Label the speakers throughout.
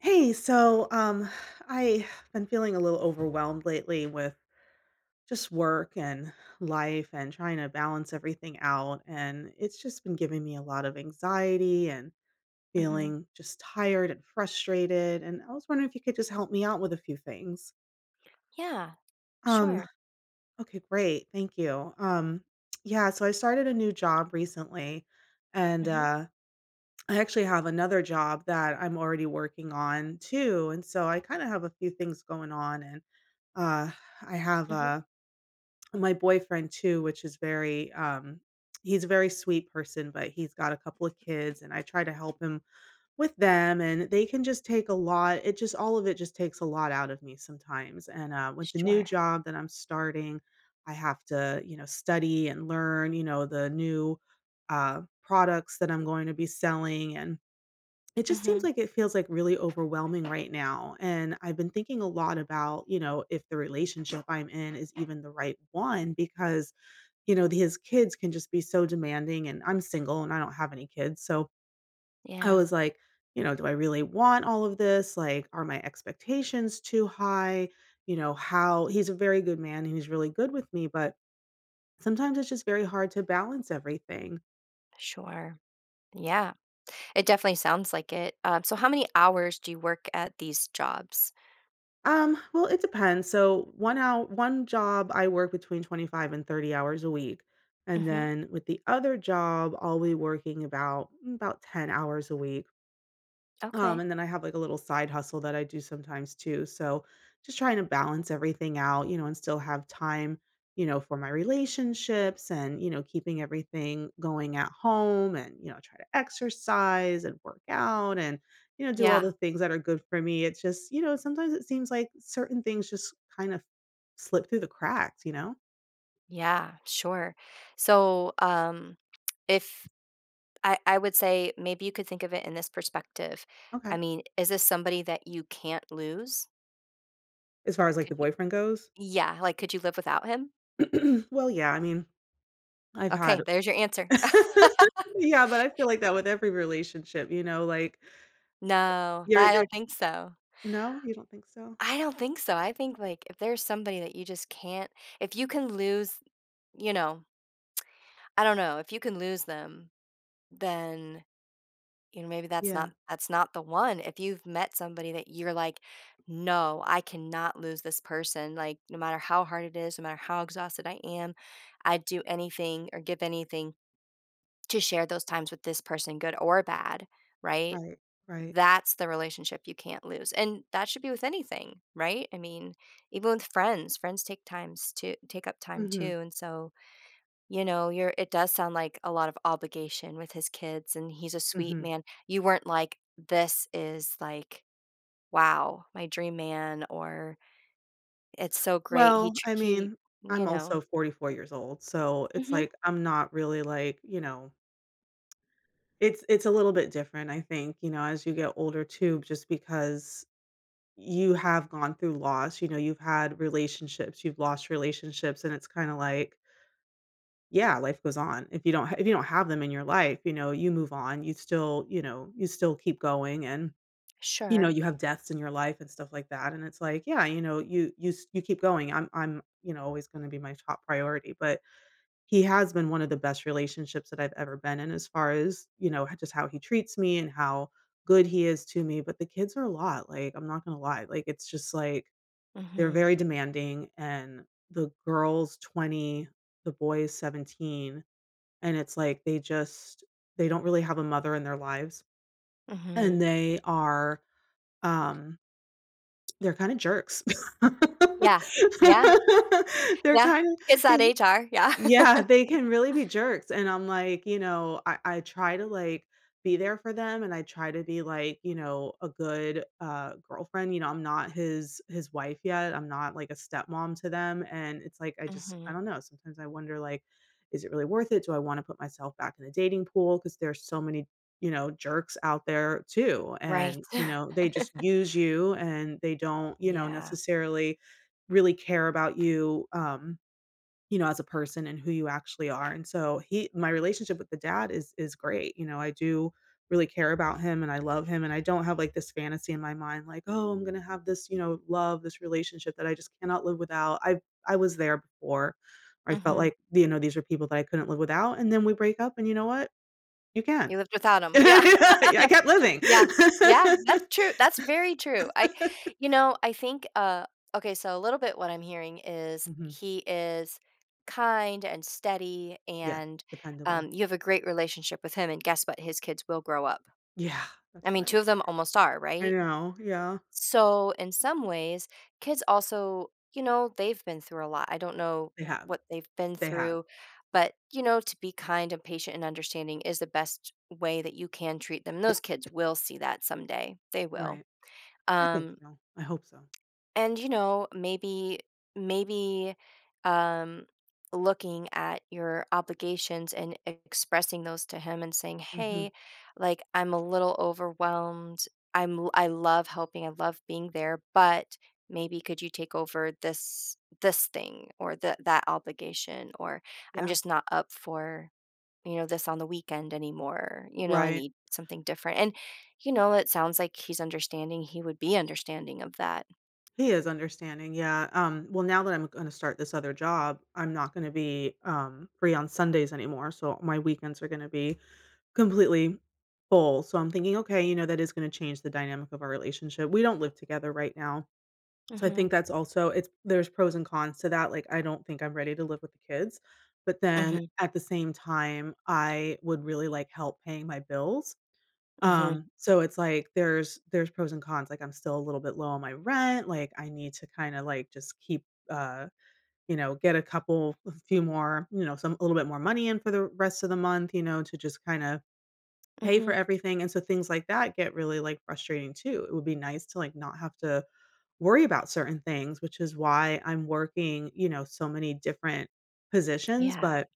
Speaker 1: Hey, so I've been feeling a little overwhelmed lately with just work and life and trying to balance everything out. And it's just been giving me a lot of anxiety and
Speaker 2: Mhm.
Speaker 1: feeling just tired and frustrated. And I was wondering if you could just help me out with a few things.
Speaker 2: Yeah.
Speaker 1: Um,
Speaker 2: Sure.
Speaker 1: okay, great. Thank you. Yeah, so I started a new job recently and
Speaker 2: Mhm,
Speaker 1: uh I actually have another job that I'm already working on too. And so I kind of have a few things going on and Uh, I have,
Speaker 2: mhm.
Speaker 1: my boyfriend too, which is very, he's a very sweet person, but he's got a couple of kids, and I try to help him with them, and they can just take a lot it just all of it just takes a lot out of me sometimes, and, with the new
Speaker 2: Sure.
Speaker 1: job that I'm starting, I have to, you know, study and learn, you know, the new, products that I'm going to be selling and it just seems
Speaker 2: Mhm.
Speaker 1: like it feels, like, really overwhelming right now, and I've been thinking a lot about, you know, if the relationship I'm in is even the right one because, you know, his kids can just be so demanding, and I'm single, and I don't have any kids, so I
Speaker 2: Yeah.
Speaker 1: was like, you know, "Do I really want all of this?" Like, "Are my expectations too high?" You know, how he's a very good man, and he's really good with me, but sometimes it's just very hard to balance everything.
Speaker 2: Sure. Yeah. It definitely sounds like it. So how many hours do you work at these jobs?
Speaker 1: Well, it depends. So one hour, one job, I work between 25 and 30 hours a week. And
Speaker 2: Mhm.
Speaker 1: then with the other job, I'll be working about about 10 hours a week.
Speaker 2: Okay.
Speaker 1: And then I have like a little side hustle that I do sometimes too. So just trying to balance everything out, you know, and still have time, you know, for my relationships and, you know, keeping everything going at home and, you know, try to exercise and work out and, you know, do all
Speaker 2: Yeah.
Speaker 1: the things that are good for me. It's just, you know, sometimes it seems like certain things just kind of slip through the cracks, you know?
Speaker 2: Yeah. Sure. So, if I I would say maybe you could think of it in this perspective. I
Speaker 1: Okay.
Speaker 2: mean, is this somebody that you can't lose?
Speaker 1: As far as like
Speaker 2: Could
Speaker 1: the
Speaker 2: you
Speaker 1: boyfriend goes,
Speaker 2: Yeah, like, could you live without him?
Speaker 1: well, yeah, I mean, I've
Speaker 2: Okay,
Speaker 1: had
Speaker 2: there's your answer.
Speaker 1: Yeah, but I feel like that with every relationship, you know, like,
Speaker 2: No,
Speaker 1: you're
Speaker 2: I
Speaker 1: there.
Speaker 2: don't think so.
Speaker 1: No? You don't think so?
Speaker 2: I don't think so. I think, like, if there's somebody that you just can't, if you can lose, you know, I don't know, if you can lose them, then, you know, maybe that's not
Speaker 1: Yeah.
Speaker 2: that's not the one. If you've met somebody that you're like, "No, I cannot lose this person," like, no matter how hard it is, no matter how exhausted I am, I'd do anything or give anything to share those times with this person, good or bad, right?
Speaker 1: Right. Right.
Speaker 2: That's the relationship you can't lose, and that should be with anything, right? I mean, even with friends, friends take times to take up time
Speaker 1: Mhm.
Speaker 2: too, and so, you know, you're it does sound like a lot of obligation with his kids, and he's a sweet
Speaker 1: Mhm.
Speaker 2: man. You weren't like, "This is, like, wow, my dream man," or, "It's so great, he
Speaker 1: Well,
Speaker 2: tr
Speaker 1: I
Speaker 2: he"
Speaker 1: mean,
Speaker 2: you
Speaker 1: I'm
Speaker 2: know?
Speaker 1: also 44 years old, so it's
Speaker 2: Mhm.
Speaker 1: like, I'm not really, like, you know it's a little bit different, I think, you know, as you get older too, just because you have gone through loss, you know, you've had relationships, you've lost relationships, and it's kinda like yeah, life goes on. If you don't have them in your life, you know, you move on. You still you know, you still keep going and, you know,
Speaker 2: Sure.
Speaker 1: you have deaths in your life and stuff like that, and it's like, yeah, you know, you s you keep going. I'm, you know, always gonna be my top priority, but he has been one of the best relationships that I've ever been in as far as, you know, just how he treats me and how good he is to me, but the kids are a lot, like, I'm not gonna lie. Like, it's just like they're
Speaker 2: Mhm.
Speaker 1: very demanding, and the girl's 20, the boys 17. And it's like they just they don't really have a mother in their lives, and
Speaker 2: Mhm.
Speaker 1: they are, um, they're kinda jerks.
Speaker 2: Yeah. Yeah,
Speaker 1: They're
Speaker 2: yeah.
Speaker 1: kinda
Speaker 2: Kids that
Speaker 1: they
Speaker 2: age are, yeah.
Speaker 1: yeah, they can really be jerks, and I'm like, you know, I try to, like, be there for them, and I try to be, like, you know, a good, girlfriend, you know, I'm not his wife yet, I'm not, like, a stepmom to them, and it's like, I just I
Speaker 2: Mhm.
Speaker 1: don't know, sometimes I wonder, like, is it really worth it? Do I wanna put myself back in the dating pool because there's so many, you know, jerks out there too,
Speaker 2: Right.
Speaker 1: and, you know, they just use you, and they don't, you know,
Speaker 2: Yeah.
Speaker 1: necessarily really care about you, you know, as a person and who you actually are. And so he my relationship with the dad is great. You know, I do really care about him and I love him and I don't have like this fantasy in my mind like, "Oh, I'm going to have this, you know, love, this relationship that I just cannot live without." I was there before. I felt
Speaker 2: Mhm.
Speaker 1: like, you know, these are people that I couldn't live without and then we break up and you know what? You can.
Speaker 2: You lived without him. Yeah.
Speaker 1: I kept living.
Speaker 2: Yeah. Yeah, that's true, that's very true. I think, okay, so a little bit what I'm hearing is
Speaker 1: Mhm.
Speaker 2: he is kind and steady
Speaker 1: Yes,
Speaker 2: and,
Speaker 1: dependable.
Speaker 2: you have a great relationship with him, and guess what? His kids will grow up.
Speaker 1: Yeah,
Speaker 2: I
Speaker 1: that's what
Speaker 2: mean, 2 of them almost are,
Speaker 1: I
Speaker 2: right?
Speaker 1: know, yeah.
Speaker 2: So, in some ways, kids also, they've been through a lot. I don't know
Speaker 1: They have.
Speaker 2: what they've been
Speaker 1: They have.
Speaker 2: through, but, to be kind and patient and understanding is the best way that you can treat them. Those kids will see that someday. They will.
Speaker 1: Right. I think
Speaker 2: Um,
Speaker 1: so. I hope so.
Speaker 2: and, maybe, um, looking at your obligations and expressing those to him and saying,
Speaker 1: Mhm.
Speaker 2: "Hey, like, I'm a little overwhelmed. I love helping, I love being there, but maybe could you take over this thing or that obligation?" Or, "I'm
Speaker 1: Yeah.
Speaker 2: just not up for, this on the weekend anymore. You know, I
Speaker 1: Right.
Speaker 2: need something different." And, it sounds like he's understanding. He would be understanding of that.
Speaker 1: He is understanding, yeah, well, now that I'm gonna start this other job, I'm not gonna be, free on Sundays anymore, so my weekends are gonna be completely full, so I'm thinking, "Okay, you know, that is gonna change the dynamic of our relationship." We don't live together right now, so I
Speaker 2: Mhm.
Speaker 1: think that's also it's there's pros and cons to that, like, I don't think I'm ready to live with the kids, but then
Speaker 2: Mhm,
Speaker 1: at the same time, I would really like help paying my bills.
Speaker 2: mhm,
Speaker 1: So it's like there's pros and cons, like, I'm still a little bit low on my rent, like, I need to kinda, like, just keep, uh, you know, get a couple a few more, you know, some a little bit more money in for the rest of the month, you know, to just kinda pay for
Speaker 2: mhm.
Speaker 1: everything, and so things like that get really, like, frustrating too. It would be nice to, like, not have to worry about certain things, which is why I'm working, you know, so many different positions,
Speaker 2: Yeah,
Speaker 1: but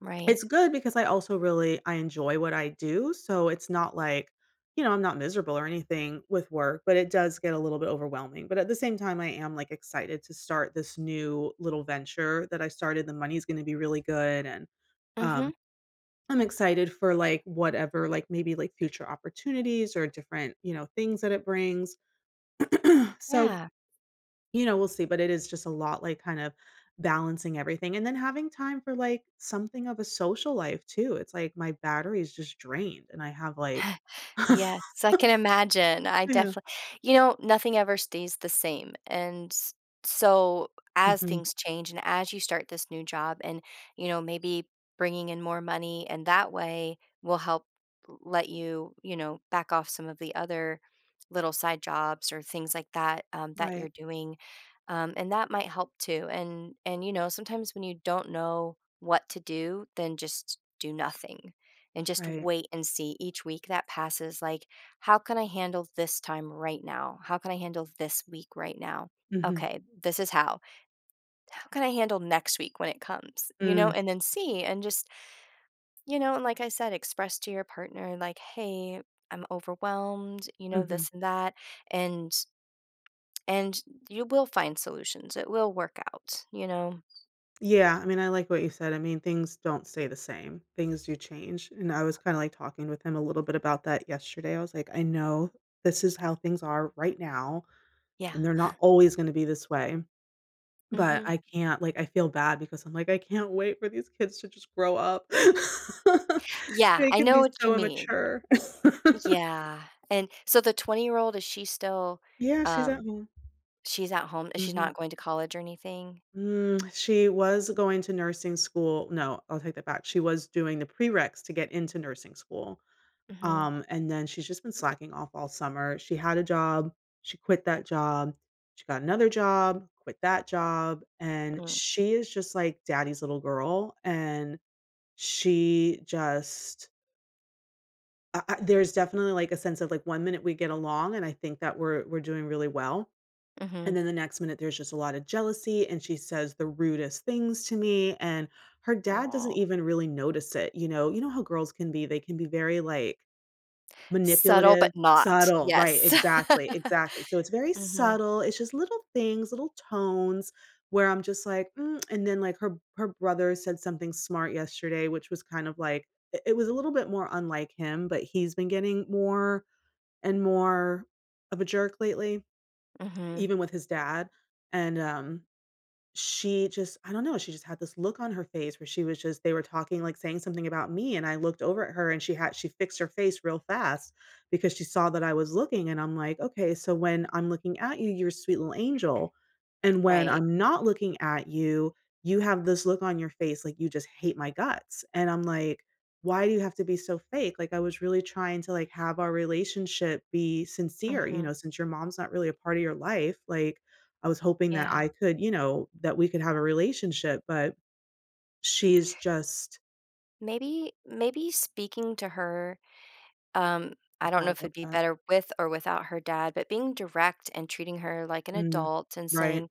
Speaker 2: right.
Speaker 1: it's good because I also really I enjoy what I do, so it's not like, you know, I'm not miserable or anything with work, but it does get a little bit overwhelming, but at the same time, I am, like, excited to start this new little venture that I started, the money's gonna be really good, and,
Speaker 2: Mhm,
Speaker 1: um, I'm excited for, like, whatever, like, maybe, like, future opportunities or different, you know, things that it brings. So
Speaker 2: yeah.
Speaker 1: you know, we'll see, but it is just a lot, like, kind of balancing everything, and then having time for, like, something of a social life too. It's like my battery is just drained, and I have, like
Speaker 2: Yes, I can imagine. I
Speaker 1: Yeah.
Speaker 2: definitely You know, nothing ever stays the same, and so as
Speaker 1: Mhm.
Speaker 2: things change and as you start this new job and, maybe bringing in more money and that way will help let you, back off some of the other little side jobs or things like that, that you're
Speaker 1: Right,
Speaker 2: doing, and that might help too, and sometimes when you don't know what to do, then just do nothing and just
Speaker 1: right.
Speaker 2: wait and see each week that passes, like, how can I handle this time right now? How can I handle this week right now?
Speaker 1: Mhm.
Speaker 2: Okay, this is how can I handle next week when it comes, you know?
Speaker 1: Mm,
Speaker 2: And then see and just, and like I said, express to your partner, like, "Hey, I'm overwhelmed, you know,
Speaker 1: mhm.
Speaker 2: this and that." And and you will find solutions, it will work out, you know.
Speaker 1: Yeah, I mean, I like what you said. I mean, things don't stay the same. Things do change, and I was kinda, like, talking with him a little bit about that yesterday. I was like, "I know this is how things are right now,
Speaker 2: Yeah.
Speaker 1: and they're not always gonna be this way." But
Speaker 2: Hmm.
Speaker 1: I can't, like, I feel bad because I'm like, "I can't wait for these kids to just grow up."
Speaker 2: Yeah,
Speaker 1: They
Speaker 2: I
Speaker 1: can
Speaker 2: know
Speaker 1: be
Speaker 2: what you
Speaker 1: so
Speaker 2: mean.
Speaker 1: immature.
Speaker 2: Yeah. And so the 20-year old, is she still
Speaker 1: Yeah, she's at
Speaker 2: um
Speaker 1: home.
Speaker 2: She's at home, she's
Speaker 1: Mhm.
Speaker 2: not going to college or anything?
Speaker 1: Mm, she was going to nursing school no, I'll take that back. She was doing the prereqs to get into nursing school,
Speaker 2: Mhm,
Speaker 1: and then she's just been slacking off all summer. She had a job, she quit that job, she got another job, quit that job, and
Speaker 2: mm,
Speaker 1: she is just like daddy's little girl, and she just I there's definitely, like, a sense of, like, one minute we get along, and I think that we're doing really well, and
Speaker 2: mhm.
Speaker 1: then the next minute, there's just a lot of jealousy, and she says the rudest things to me, and her dad doesn't
Speaker 2: Aw.
Speaker 1: even really notice it, you know? You know how girls can be, they can be very, like
Speaker 2: Subtle, but
Speaker 1: manipulative,
Speaker 2: not.
Speaker 1: subtle, right,
Speaker 2: Yes.
Speaker 1: exactly, exactly. So it's very
Speaker 2: Mhm,
Speaker 1: subtle, it's just little things, little tones where I'm just like, "Mm," and then, like, her brother said something smart yesterday, which was kind of like it was a little bit more unlike him, but he's been getting more and more of a jerk lately,
Speaker 2: mhm.
Speaker 1: even with his dad, and, she just I don't know, she just had this look on her face where she was just they were talking, like, saying something about me, and I looked over at her, and she had she fixed her face real fast because she saw that I was looking, and I'm like, "Okay, so when I'm looking at you, you're a sweet little angel, and when
Speaker 2: Right.
Speaker 1: I'm not looking at you, you have this look on your face like you just hate my guts," and I'm like, "Why do you have to be so fake?" Like, I was really trying to, like, have our relationship be sincere, you
Speaker 2: Mhm.
Speaker 1: know, since your mom's not really a part of your life, like, I was hoping that
Speaker 2: Yeah.
Speaker 1: I could, you know, that we could have a relationship, but she's just
Speaker 2: Maybe speaking to her, um,
Speaker 1: I
Speaker 2: I don't know
Speaker 1: thought
Speaker 2: if it'd
Speaker 1: about
Speaker 2: be
Speaker 1: that.
Speaker 2: better with or without her dad, but being direct and treating her like an
Speaker 1: Mm,
Speaker 2: adult and
Speaker 1: right.
Speaker 2: saying,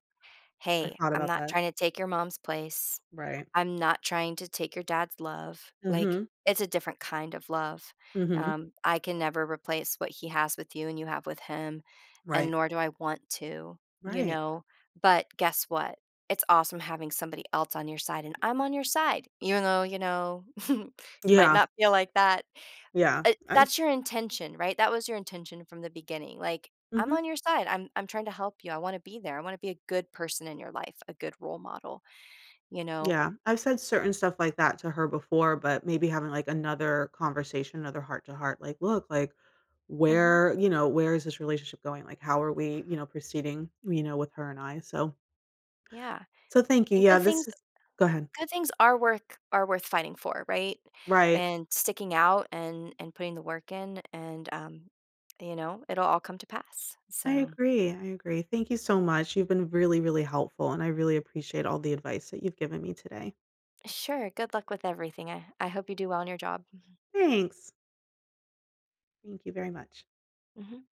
Speaker 1: I
Speaker 2: "Hey,
Speaker 1: thought
Speaker 2: I'm
Speaker 1: about
Speaker 2: not
Speaker 1: that.
Speaker 2: trying to take your mom's place."
Speaker 1: Right.
Speaker 2: I'm not trying to take your dad's love,
Speaker 1: mm
Speaker 2: like,
Speaker 1: Mhm.
Speaker 2: it's a different kind of love.
Speaker 1: mm Mhm.
Speaker 2: I can never replace what he has with you and you have with him, and
Speaker 1: Right.
Speaker 2: nor do I want to, you
Speaker 1: Right.
Speaker 2: know? But guess what? It's awesome having somebody else on your side, and I'm on your side, even though, it might
Speaker 1: Yeah.
Speaker 2: not feel like that.
Speaker 1: Yeah.
Speaker 2: Uh,
Speaker 1: I
Speaker 2: that's your intention, right? That was your intention from the beginning, like, "I'm
Speaker 1: mhm.
Speaker 2: on your side. I'm trying to help you. I wanna be there. I wanna be a good person in your life, a good role model," you know?
Speaker 1: Yeah. I've said certain stuff like that to her before, but maybe having, like, another conversation, another heart to heart, like, "Look, like,
Speaker 2: Mhm.
Speaker 1: where you know, where is this relationship going? Like, how are we, you know, proceeding, you know, with her and I?" So
Speaker 2: Yeah.
Speaker 1: so thank you.
Speaker 2: And
Speaker 1: Yeah,
Speaker 2: good things
Speaker 1: this is Go ahead.
Speaker 2: good things are worth fighting for, right?
Speaker 1: Right.
Speaker 2: And sticking out and putting the work in and, it'll all come to pass.
Speaker 1: I
Speaker 2: So,
Speaker 1: agree, I agree. Thank you so much. You've been really, really helpful, and I really appreciate all the advice that you've given me today.
Speaker 2: sure, good luck with everything. I hope you do well in your job.
Speaker 1: Thanks. Thank you very much.
Speaker 2: Mhm.